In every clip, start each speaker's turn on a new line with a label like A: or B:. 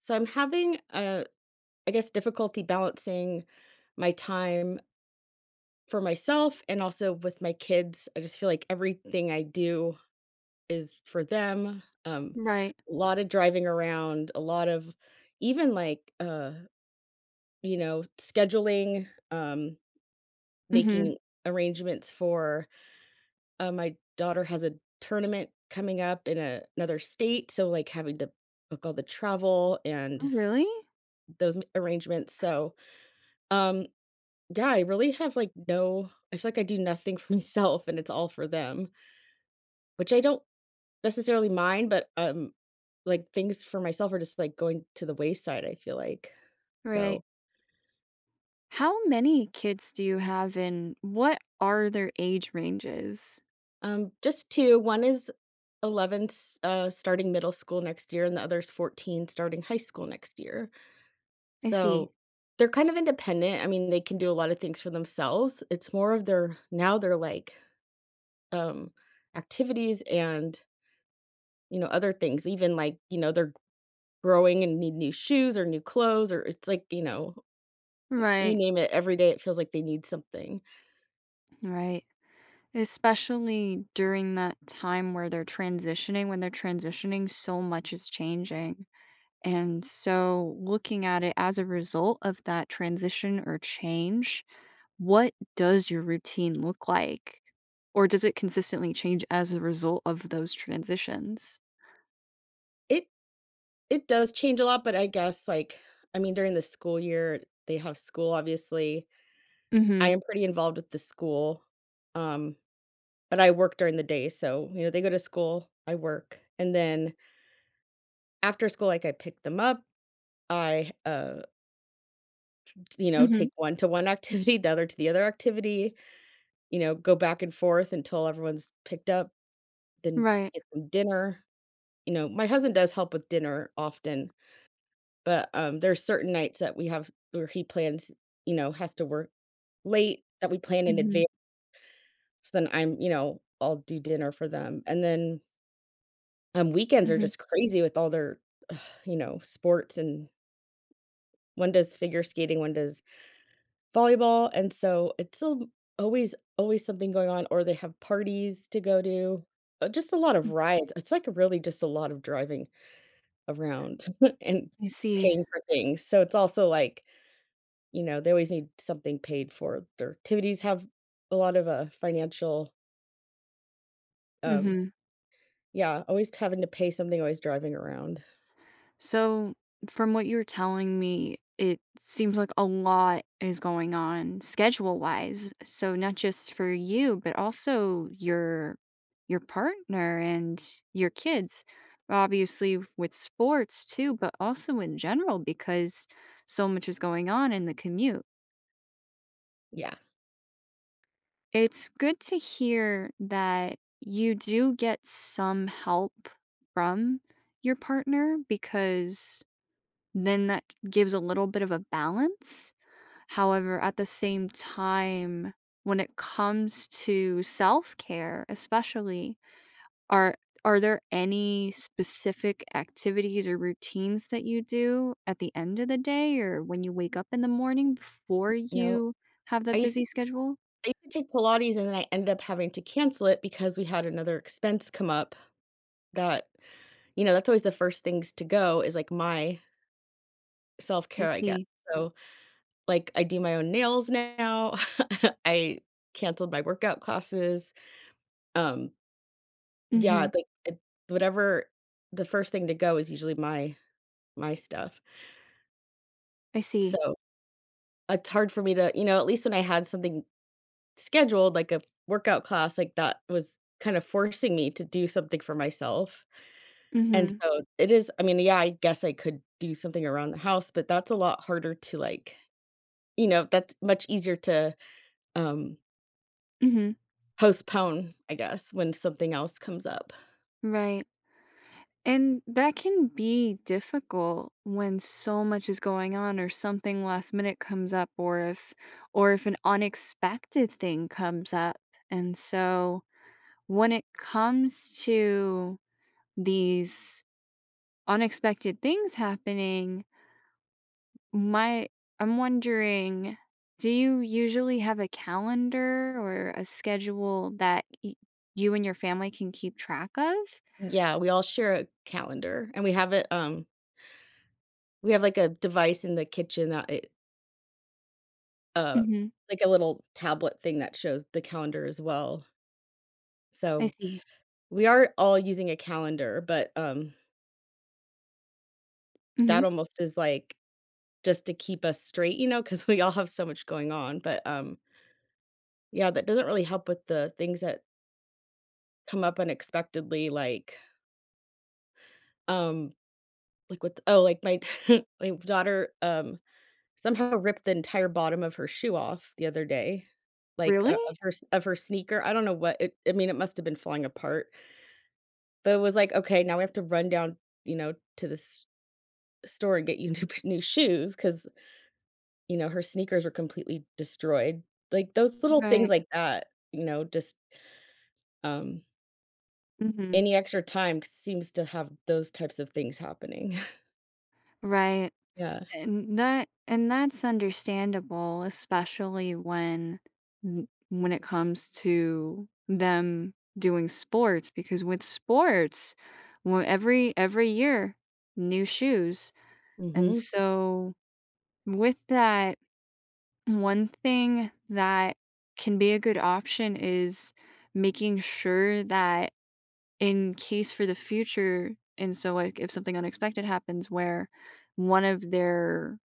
A: So I'm having I guess difficulty balancing my time for myself and also with my kids. I just feel like everything I do is for them.
B: Right.
A: A lot of driving around, a lot of even like you know, scheduling,
B: Mhm.
A: making arrangements for my daughter has a tournament coming up in another state, so like having to book all the travel
B: Oh,
A: and
B: really?
A: those arrangements. Um Yeah, I really have, like, no, I feel like I do nothing for myself, and it's all for them, which I don't necessarily mind, but, like, things for myself are just, like, going to the wayside, I feel like.
B: Right.
A: So,
B: How many kids do you have and what are their age ranges?
A: just 2. One is 11 s starting middle school next year, and the other's 14 starting high school next year.
B: I see.
A: So, they're kind of independent. I mean, they can do a lot of things for themselves. It's more of their, now they're like, um, activities and, you know, other things, even, like, you know, their growing and need new shoes or new clothes, or it's like, you know, you
B: Right.
A: name it, every day it feels like they need something.
B: Right. Especially during that time where they're transitioning, when they're transitioning, so much is changing. And so, looking at it as a result of that transition or change, what does your routine look like? Or does it consistently change as a result of those transitions?
A: It it does change a lot, but I guess, like, I mean, during the school year, they have school, obviously. I
B: Mhm.
A: am pretty involved with the school, um, but I work during the day, so, you know, they go to school, I work, and then after school, like, I pick them up, I, uh, you know,
B: Mhm.
A: take one to one activity, the other to the other activity, you know, go back and forth until everyone's picked up, then
B: Right.
A: get them dinner. You know, my husband does help with dinner often, but, there's certain nights that we have where he plans, you know, has to work late, that we plan in
B: Mhm.
A: advance. So then I'm, you know, I'll do dinner for them, and then, weekends are
B: Mhm.
A: just crazy with all their, you know, sports, and one does figure skating, one does volleyball, and so it's al always always something going on, or they have parties to go to. Just a lot of
B: Mm,
A: rides. It's, like, really just a lot of driving around and
B: I see.
A: paying for things. So it's also, like, you know, they always need something paid for. Their activities have a lot of, a financial, um
B: Mhm.
A: yeah, always having to pay something, always driving around.
B: So from what you're telling me, it seems like a lot is going on schedule-wise. So not just for you, but also your partner and your kids. Obviously with sports too, but also in general because so much is going on in the commute.
A: Yeah.
B: It's good to hear that you do get some help from your partner because then that gives a little bit of a balance. However, at the same time, when it comes to self-care, especially, are are there any specific activities or routines that you do at the end of the day or when you wake up in the morning before
A: No,
B: you have
A: I
B: that
A: used to
B: busy schedule?
A: I used to take Pilates, and then I ended up having to cancel it because we had another expense come up. That, you know, that's always the first things to go is, like, my
B: I
A: self-care, I guess.
B: see.
A: So, like, I do my own nails now. I canceled my workout classes. Um, yeah,
B: Mhm.
A: like, it, whatever, the first thing to go is usually my stuff.
B: I see.
A: So, it's hard for me to, you know, at least when I had something scheduled, like a workout class, like, that was kind of forcing me to do something for myself. And
B: Mhm.
A: so it is, I mean, yeah, I guess I could do something around the house, but that's a lot harder to, like, you know, that's much easier to, um,
B: Mhm.
A: postpone, I guess, when something else comes up.
B: Right. And that can be difficult when so much is going on or something last minute comes up or if an unexpected thing comes up. And so when it comes to these unexpected things happening, my I'm wondering, do you usually have a calendar or a schedule that you and your family can keep track of?
A: Yeah, we all share a calendar, and we have it, we have, like, a device in the kitchen that it uh, like a little tablet thing that shows the calendar as well.
B: I
A: So,
B: see.
A: we are all using a calendar, but,
B: Mhm.
A: that almost is, like, just to keep us straight, you know, because we all have so much going on, but, yeah, that doesn't really help with the things that come up unexpectedly, um, like with, oh, like my my daughter, somehow ripped the entire bottom of her shoe off the other day, like,
B: Really?
A: o of her s of her sneaker. I don't know what it, I mean, it must have been falling apart, but it was like, "Okay, now we have to run down, you know, to this store and get you new new shoes because you know, her sneakers were completely destroyed." Like, those little things
B: Right.
A: like that, you know, just, um
B: Mhm.
A: any extra time seems to have those types of things happening.
B: Right.
A: Yeah.
B: And that's understandable, especially when when it comes to them doing sports because with sports, well, every year new shoes. And
A: Mhm.
B: so with that, one thing that can be a good option is making sure that in case for the future and so, like, if something unexpected happens where one of their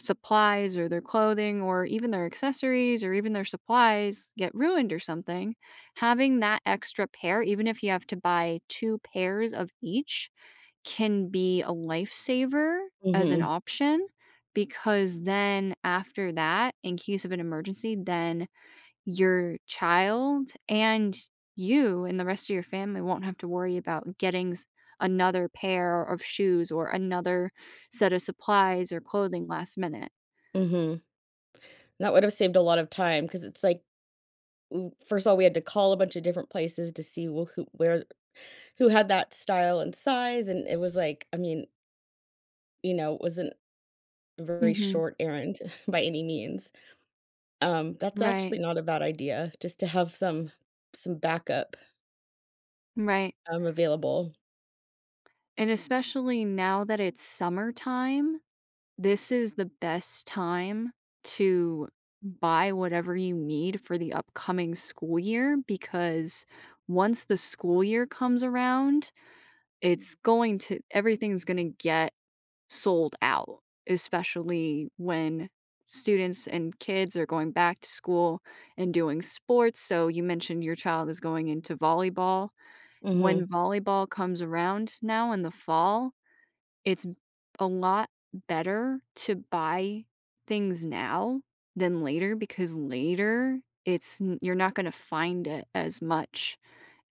B: supplies or their clothing or even their accessories or even their supplies get ruined or something, having that extra pair, even if you have to buy 2 pairs of each, can be a lifesaver as an
A: Mhm.
B: option because then after that, in case of an emergency, then your child and you and the rest of your family won't have to worry about getting another pair of shoes or another set of supplies or clothing last minute.
A: Mhm. That would have saved a lot of time because it's like, w first of all, we had to call a bunch of different places to see wh who where who had that style and size, and it was like, I mean, you know, it wasn't a very
B: Hmm.
A: short errand by any means. That's
B: Right,
A: actually not a bad idea, just to have some backup,
B: right.
A: available.
B: And especially now that it's summertime, this is the best time to buy whatever you need for the upcoming school year because once the school year comes around, everything's going to get sold out, especially when students and kids are going back to school and doing sports. So you mentioned your child is going into volleyball.
A: Mhm.
B: When volleyball comes around now in the fall, it's a lot better to buy things now than later because later you're not going to find it as much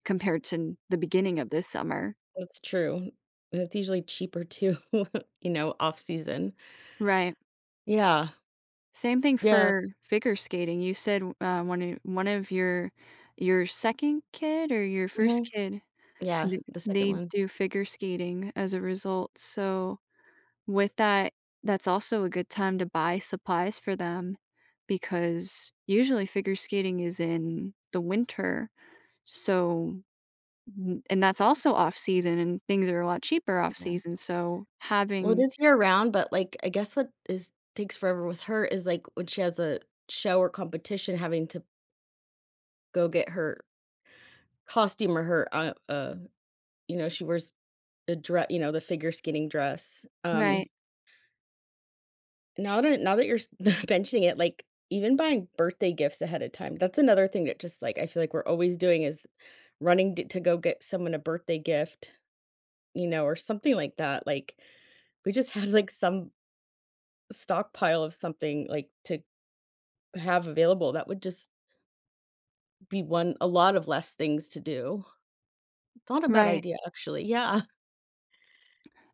B: compared to the beginning of this summer.
A: That's true. And it's usually cheaper too, you know, off season.
B: Right.
A: Yeah.
B: Same thing
A: Yeah.
B: for figure skating. You said, one of your 2nd kid or your 1st
A: Mhm.
B: kid,
A: Yeah,
B: th
A: the second
B: they
A: one.
B: do figure skating as a result, so with that, that's also a good time to buy supplies for them because usually figure skating is in the winter, so n and that's also off season and things are a lot cheaper off
A: Yeah.
B: season, so
A: Well, it
B: having
A: is year round, but, like, I guess what is takes forever with her is, like, when she has a show or competition, having to go get her costume or her, you know, she wears the dress, you know, the figure skating dress.
B: Right,
A: Now that you're s mentioning it, like, even buying birthday gifts ahead of time, that's another thing that just, like, I feel like we're always doing, is running d to go get someone a birthday gift, you know, or something like that. Like, we just had, like, some stockpile of something, like, to have available that would just be one a lot of less things to do. It's not a bad
B: right.
A: idea, actually. Yeah,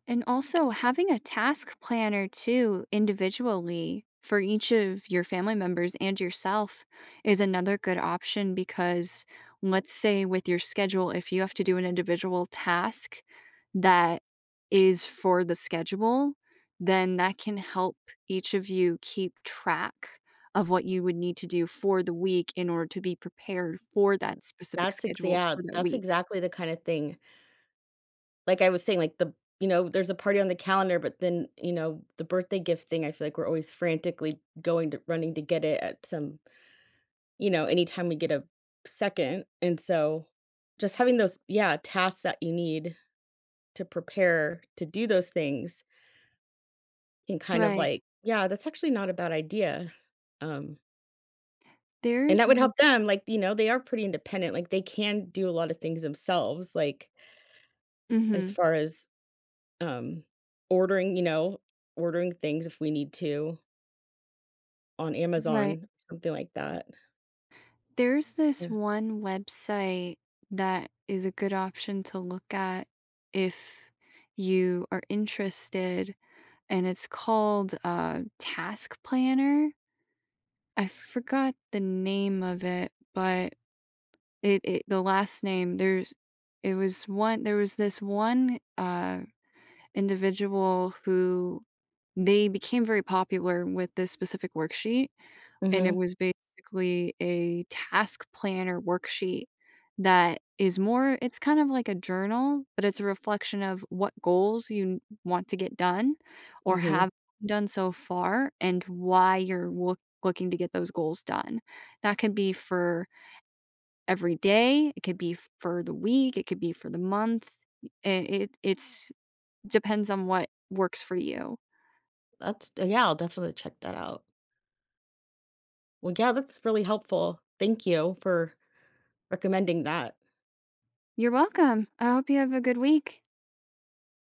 B: And also having a task planner too, individually for each of your family members and yourself is another good option because let's say with your schedule, if you have to do an individual task that is for the schedule, then that can help each of you keep track of what you would need to do for the week in order to be prepared for that specific
A: that's ex
B: schedule
A: yeah,
B: for that
A: that's
B: week.
A: exactly the kinda thing. Like I was saying, like, the, you know, there's a party on the calendar, but then, you know, the birthday gift thing, I feel like we're always frantically going to running to get it at some, you know, anytime we get a second, and so just having those, yeah, tasks that you need to prepare to do those things, and kind of
B: Right.
A: like, "Yeah, that's actually not a bad idea." Um, and
B: There's
A: that would
B: w
A: help them, like, you know, they are pretty independent, like, they can do a lot of things themselves, like, as
B: Mhm.
A: far as, um, ordering, you know, ordering things if we need to on
B: Right.
A: Amazon, something like that.
B: There's this
A: Yeah.
B: one website that is a good option to look at if you are interested, and it's called, Task Planner. I forgot the name of it, but It the last name, there was this one, individual who they became very popular with this specific worksheet, and it
A: Mhm,
B: was basically a task planner worksheet that is more, it's kind of like a journal, but it's a reflection of what goals you want to get done or
A: mhm.
B: have done so far and why you're looking to get those goals done. That could be for every day, it could be for the week, it could be for the month. It it's depends on what works for you.
A: That's yeah, I'll definitely check that out. Well, yeah, that's really helpful. Thank you for recommending that.
B: You're welcome. I hope you have a good week.